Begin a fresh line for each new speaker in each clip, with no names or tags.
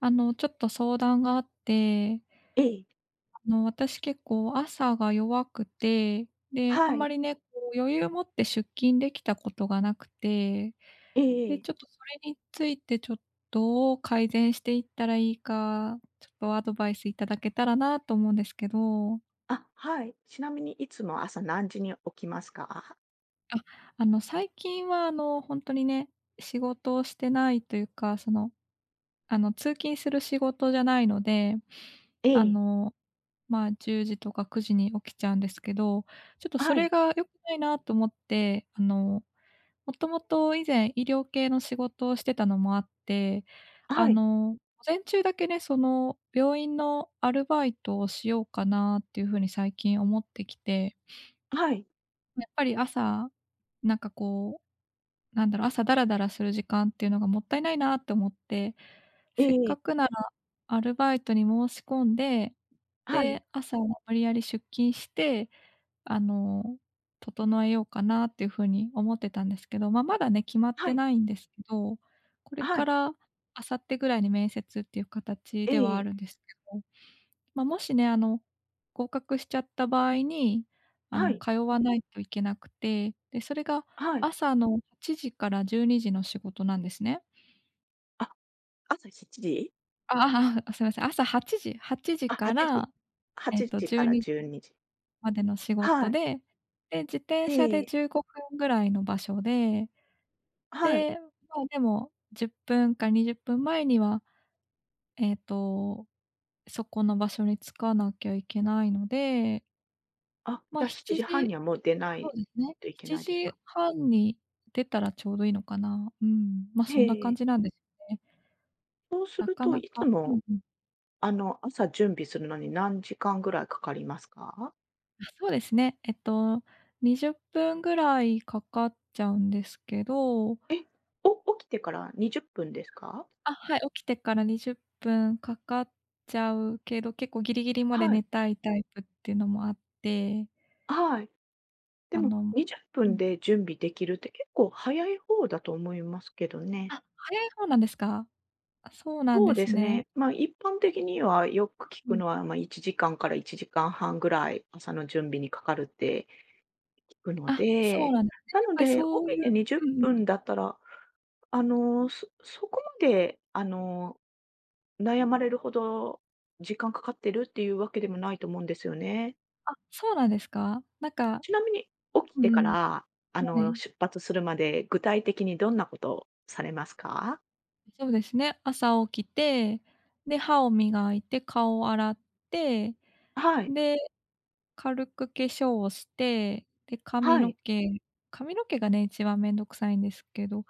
ちょっと相談があって、
ええ、
私結構朝が弱くて、で、あん
は
ま
い。
りね、こう余裕を持って出勤できたことがなくて、
えええ
で、
え。
ちょっとそれについてちょっとどう改善していったらいいか、ちょっとアドバイスいただけたらなと思うんですけど、
あ、はい。ちなみにいつも朝何時に起きますか？
あ、最近は本当にね、仕事をしてないというか、その、通勤する仕事じゃないので、
え
あ
え。
のまあ、10時とか9時に起きちゃうんですけど、ちょっとそ
は
れ
い。
が良くないなと思って、もともと以前医療系の仕事をしてたのもあって、
はい。
午前中だけね、その病院のアルバイトをしようかなっていう風に最近思ってきて、
はい。
やっぱり朝、なんかこうなんだろう、朝ダラダラする時間っていうのがもったいないなって思って、せっか
ええ
くならアルバイトに申し込んで、
はい。
で、朝無理やり出勤して、あの、整えようかなっていう風に思ってたんですけど、まあ、まだね、決まっ
は
て
い。
ないんですけど、これ
は
か
い。
ら明後日ぐらいに面接っていう形
え
ではあ
え
るんですけど、まあ、もしね、合格しちゃった場合に、
はい。
通わないといけなくて、で、それが
はい。
朝の8時から12時の仕事なんですね。
あ、朝7時？
ああ あ、すいません、朝8時
あ、
か
8時。
ら、
8時か
12
ら
時
12時。
までの仕事
はい。
で、で、自転車で
ええ
15分ぐらいの場所で、
はい。
で、まあ、でも10分か20分前には、えっと、そこの場所に着かなきゃいけないので、
あ、
ま
じ
あ、
ゃあ7
7
時半
時
にはもう出な
そ
い
うですね。
といけ
7
ないですか？
時半に出たらちょうどいいのかな。うん、ま、そんな感
ええ。
じなんですね。
そうす
な
る
か
と
な
いつ
か。うん
も、
うん。
朝準備するのに何時間ぐらいかかりますか？
あ、そうですね。20分ぐらいかかっちゃうんですけど、
え、お起きてから20分ですか？
あ、はい、起きてから20分かかっちゃうけど、結構ギリギリまで
は
寝
い。
たいタイプっていうのもあって、
はい。で
あ
も
の
20
う
分
ん。
で準備できるって結構早い方だと思いますけどね。
あ、早い方なんですか？あ、そうなん
そう
で
で
す
す
ね。
ね。まあ、一般的にはよく聞
う
く
ん。
のは、まあ、1時間かんから1時間半ぐらい朝の準備にかかるって聞くの
あ、そう
で、
なんですね。
な
やっ
の
ぱり
で、
そう
起き
いう。
て20
うん。
分だったら、そこまで、悩まれるほど時間かかってるっていうわけでもないと思うんですよね。
あ、そうなんですか？なんか、
ちなみに、起き
う
てか
ん。
ら、
はい、
出発するまで、具体的にどんなことをされますか？
そうですね、朝起きて、で、歯を磨いて、顔を洗って、
はい、
で、軽く化粧をして、で、
はい、
髪の毛がね、一番めんどくさいんですけど、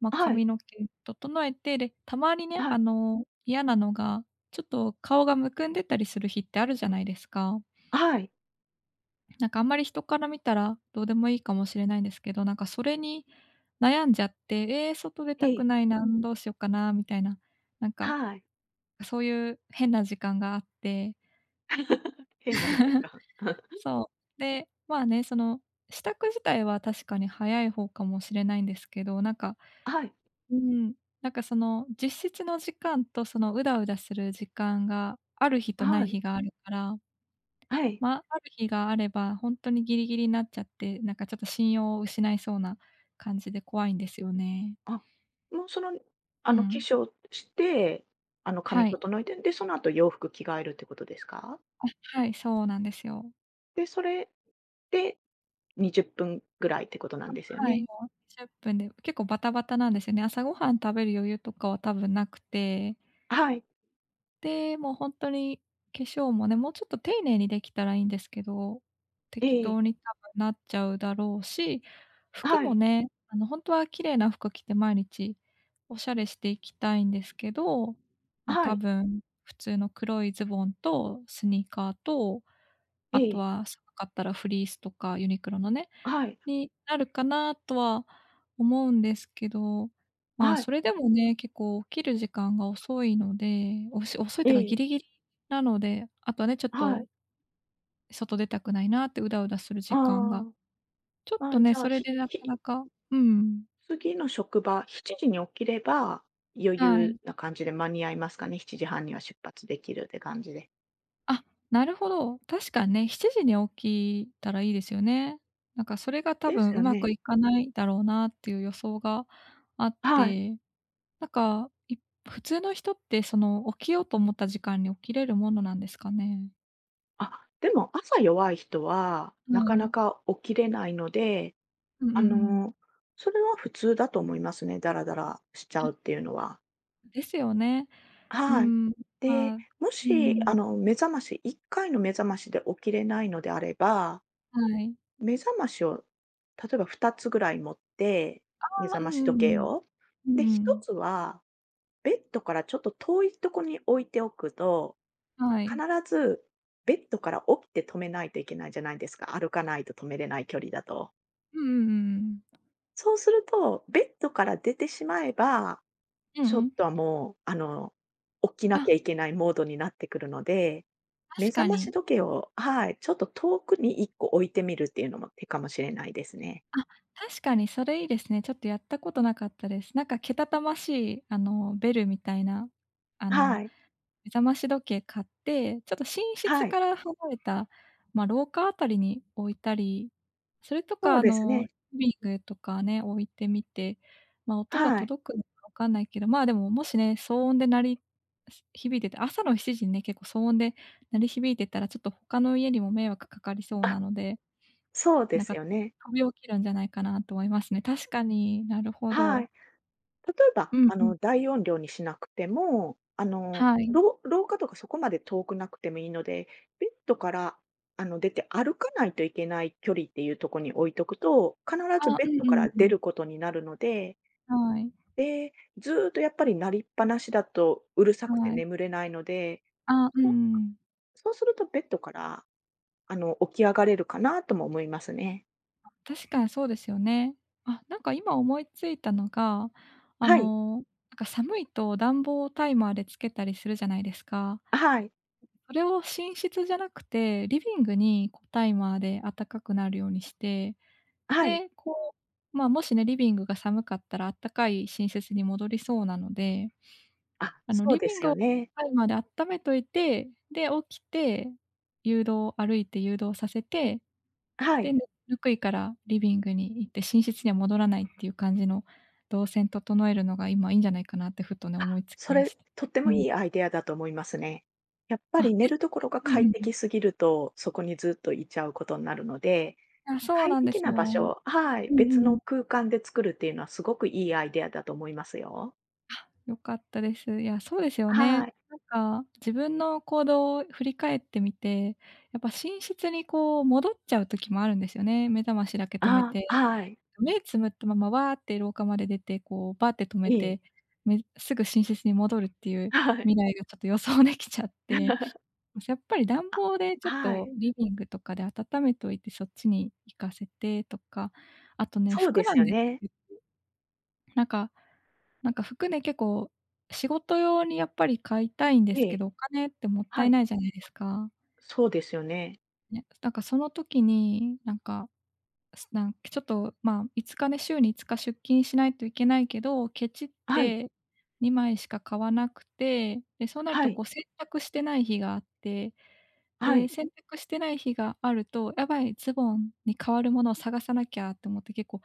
ま、
はい、
髪の毛整えて、で、たまにね、
はい、
嫌なのが、ちょっと顔がむくんでたりする日ってあるじゃないですか。
はい、
なんかあんまり人から見たらどうでもいいかもしれないんですけど、なんかそれに悩んじゃって、ええ、外出
え
たく
え、
ないな、どうしようかなみたいな、なんか
はい。
そういう変な時間があって、
変な時間。
そう、で、まあね、その支度自体は確かに早い方かもしれないんですけど、なんか、
はい、
うん、なんかその実質の時間とそのうだうだする時間がある日とな
は
い
い、
日があるから、
はい。
まあ、ある日があれば、ほんとにギリギリになっちゃって、なんかちょっと信用を失いそうな感じで怖いんですよね。
あ、もうその、
う
化
ん。
粧して、髪
はい。
整えて、で、その後洋服着替えるってことですか？
あ、はい、そうなんですよ。
で、それで20分ぐらいってことなんですよ
はい、
ね？
もう分で結構バタバタなんですよね。朝ごはん食べる余裕とかは多分なくて、
はい、
で、もう本当に化粧もね、もうちょっと丁寧にできたらいいんですけど、
え
適
え、
当に多分なっちゃうだろうし、服
は
も
い、
ね、本当は綺麗な服着て毎日おしゃれしていきたいんですけど、ま、
は
多
い、
分普通の黒いズボンとスニーカーと、
え
あと
え、
は寒かったらフリースとかユニクロのね、
はい、
になるかなとは思うんですけど、まあ、
はい、
それでもね、結構起きる時間が遅いので、遅いっていうかギ
え
リ
え。
ギリなので、あとはね、ちょっ
は
と
い。
外出たくないなってうだうだする時
あ
間が、ちょっ
あ、あ
と
あ、じ
ね、
ゃ
そ
あ、
れでなかなか。うん、
次の職場、7時に起きれば、余
はい。
裕な感じで間に合いますかね？7時半には出発できるって感じで。
あ、なるほど。確かにね、7時に起きたらいいですよね。なんかそれが多
で
分
す
う
よ
まく
ね。
いかないだろうなっていう予想があっ
はい。
て、なんか、普通の人って、その、起きようと思った時間に起きれるものなんですかね？
あ、でも朝弱い人は、
は
なかな
い。
か起きれないので、
うんうんう
あ
ん。
の、それは普通だと思いますね、ダラダラしちゃうっていうのは。
ですよね。うー
はい。
ん、ま
で、
あ。うん
も
う
し、
ん、
目覚まし1回の目覚ましで起きれないのであれば
はい。
目覚ましを、例えば2つぐらい持って、
あ、
目覚
うん
まし
う
時
んう
計
ん。
を。
うん
で、
う
1
ん。
つは、ベッドからちょっと遠いとこに置いておくと、
はい。
必ずベッドから起きて止めないといけないじゃないですか。歩かないと止めれない距離だと。
うんうんうんうん。
そうすると、ベッドから出てしまえば、
うんう
ちょっ
ん。
とはもう、起きなき
あ、
ゃいけないモードになってくるので、目
確
覚
か
まし
に。
時計をはい、ちょっと遠くに1個置いてみるっていうのも手かもしれないですね。
あ、確かにそれいいですね。ちょっとやったことなかったです。なんかけたたましい、ベルみたいな、あの
はい。
目覚まし時計買って、ちょっと寝室
はい、
から離れた、ま、廊下あたりに置いたり、それと
そ
か、
うですね。
リビングとかね、置いてみて、ま、音が
はい。
届くのかわかんないけど、まあ、でも、もしね、騒音で鳴りし響いてて、朝の7時にね、結構騒音で鳴り響いてたら、ちょっと他の家にも迷惑かかりそうな
あ、
ので、
そうで
なんか、
すよね。
飛び起きるんじゃないかなと思いますね。確かに、なるほ
はい。
ど。
例えば、
うんうん。
大音量にしなくても、
はい。
廊下とかそこまで遠くなくてもいいので、ベッドから、出て歩かないといけない距離っていうとこに置いとくと、必ず
あ、
ベ
う
ッ
ん
ド
う
か
ん
ら
う
出
ん。
ることになるので、
はい、
で、ずっとやっぱり鳴りっぱなしだとうるさくて
はい。
眠れないので、
あ、うんう
そ
ん。
そうするとベッドから、起き上がれるかなとも思いますね。
確かにそうですよね。あ、なんか今思いついたのが、
はい。
なんか寒いと暖房をタイマーでつけたりするじゃないですか。
はい。
それを寝室じゃなくて、リビングにこうタイマーで暖かくなるようにして、
はい。
で、こう、まあ、もしね、リビングが寒かったら暖かい寝室に戻りそうなので、
あ、そう
リ
で
ビン
す
グを
よね。
タイマーで温めといて、で、起きて、歩いて誘導させて、
は
で、
い。
ぬくいからリビングに行って、寝室には戻らないっていう感じの動線整えるのが今いいんじゃないかなってふとね、
あ、
思いつき
そ
ま
れ、
した。
とって
う
も
ん。
いいアイデアだと思いますね。やっぱ
あ、
り
で
寝
す
るところが
ね。うん
快
うん。
適すぎると、そこにずっといちゃうことになるので、
あ、そう
快
なんで
適
す
な
よ。
場所はい、
うん
別
う
の
ん。
空間で作るっていうのはすごくいいアイデアだと思いますよ。
良かったです。いや、そうですよ
は
ね。
い。
なんか、自分の行動を振り返ってみて、やっぱ寝室にこう戻っちゃう時もあるんですよね。目覚ましだけ止め
あ
て。
はい。
目つむったまま、わーって廊下まで出て、こう、バーって止め
いい。
て、すぐ寝室に戻るってい う
は
未
い。
来がちょっと予想できちゃって、ま、やっぱり暖
あ、
房でちょっ
は
と
い。
リビングとかで温めといて、そっちに行かせてとか、あとね、
そう
服
で
な
す
ん
よ
です
ね。
けなんか、服ね、結構仕事用にやっぱり買いたいんで
え
すけ
え、
ど、お金ってもった
は
い
い。
ないじゃないですか。
そうですよね。
ね、だかその時に、なんかすなんちょっと、まあ、5日ね、週に5日出勤しないといけないけど、ケチっ
はい、
て2枚しか買わなくて、で、そうなる
は
と
い、
こう洗濯してない日があって、
は
で、
い。
洗濯してない日があると、やばい、ズボンに代わるものを探さなきゃと思って結構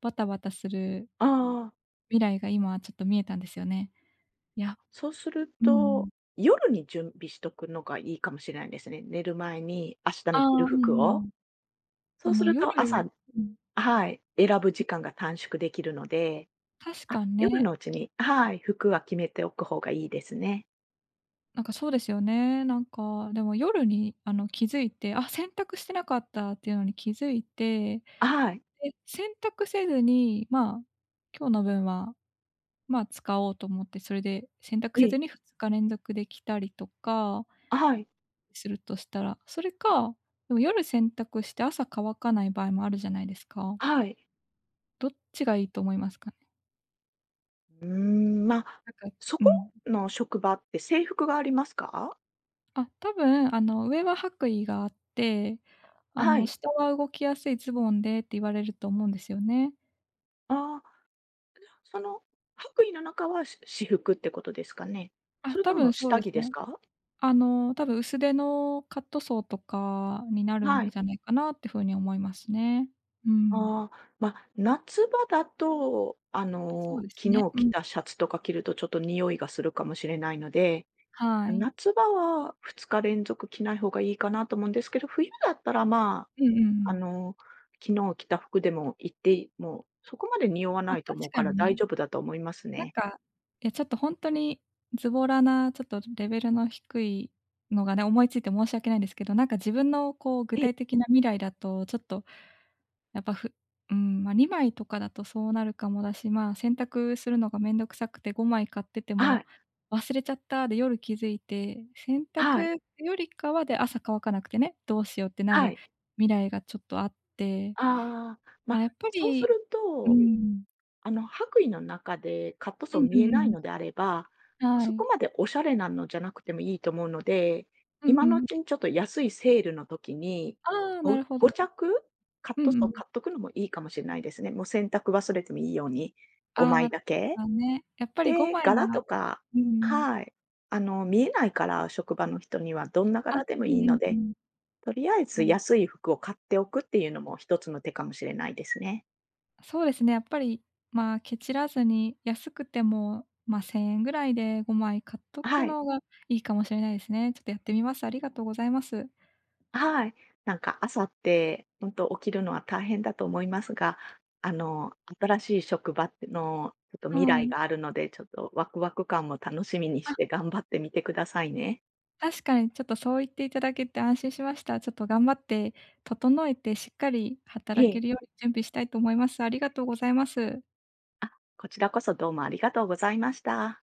バタバタする
ああ。
未来が今ちょっと見えたんですよね。い
あ、
や。
そうする
うん。
と、夜に準備しとくのがいいかもしれないですね。寝る前に明日
あ
の
あ、
着る
うん
服
う
を。
ん。
そうする
夜、
と朝
うん、
はい、選ぶ時間が短縮できるので、
確
あ、
かに
夜
ね。
のうちにはい、服は決めておく方がいいですね。
なんかそうですよね。なんか、でも夜に、気づいて、あ、洗濯してなかったっていうのに気づいて、で、
はい。
洗濯せずに、まあ、今日の分は、まあ、使おうと思って、それで洗濯
え
せず
え、
に2日連続できたりとか
はい、
するとしたら、それか、でも夜洗濯して朝乾かない場合もあるじゃないですか。
はい。
どっちがいいと思いますかね？
うーん、まあ、
なんか、
そ
う
こ
ん。
の職場って制服がありますか？
あ、多分上は白衣があって、
はい。
下は動きやすいズボンでって言われると思うんですよね。
ああ、その白衣の中は私服ってことですかね？
あ、
それと
多
も
分そう
下
です
着です
ね。
か？
多分薄手のカットソーとかになる
は
ん
い。
じゃないかなって風に思いますね。うん。
ああ、まあ、夏場だと、
そうです
昨
ね。
日
う
着
ん。
たシャツとか着るとちょっと匂いがするかもしれないので、
はい。
夏場は2日連続着ない方がいいかなと思うんですけど、冬だったら、ま
うんうんう
あ、あ
ん。
の、昨日着た服でも行って、もうそこまで匂わ
ま、
ないと
確
思う
か
から
に
大
ね、
丈夫だと思います
なん
ね。
か、え、ちょっとほんとにズボラなちょっとレベルの低いのがね、思いついて申し訳ないんですけど、なんか自分のこう具
ええ、
体的な未来だと、ちょっとやっぱふうん、まあ、2枚とかだとそうなるかもだし、まあ、洗濯するのがめんどくさくて5枚買ってて
は
も
い、
「忘れちゃった」で夜気づいて、洗
はい、
濯よりかは、で朝乾かなくてね、どうしようってな
は
る
い。
未来がちょっとあって、
ああ、ま
まあ、や
あ、
っぱ
そうす
り。
る
う
と
ん。
白衣の中でカット
う
ソー
ん
見
う
え
んうん
ない
うん、
のであれば、
は
そ
い。
こまでおしゃれなのじゃなくてもいいと思うので、
うん
今
う
のう
ん。
ちにちょっと安いセールの時に、
ああ、なるほど。
5着カッ
う
ト
ん
ソ
う
ー
ん。
買っとくのもいいかもしれないですね。もう洗濯忘れてもいいように、
ああ、
5
ま
枚
あ、確
だけ。
かね。やっぱり
で、
5枚は。
柄とか、
うん。
はい。見えないから職場の人にはどんな
あ、
柄でも
う
い
ん
い
うん
の
う
で、
ん。
とりあえず安い服を買っておくっていうのも一つの手かもしれないですね。
そうですね、やっぱり、まあ、ケチらずに、安くても、まあ、1000円ぐらいで5枚買っとく
はい。
のがいいかもしれないですね。ちょっとやってみます。ありがとうございます。
はい。なんか朝って、本当起きるのは大変だと思いますが、新しい職場の、ちょっと未
は
来
い。
があるので、ちょっとワクワク感も楽しみに
あ、
して頑張ってみてくださいね。
確かにちょっとそう言っていただけて安心しました。ちょっと頑張って、整えてしっかり
え
働け
え。
るように準備したいと思います。ありがとうございます。
あ、こちらこそどうもありがとうございました。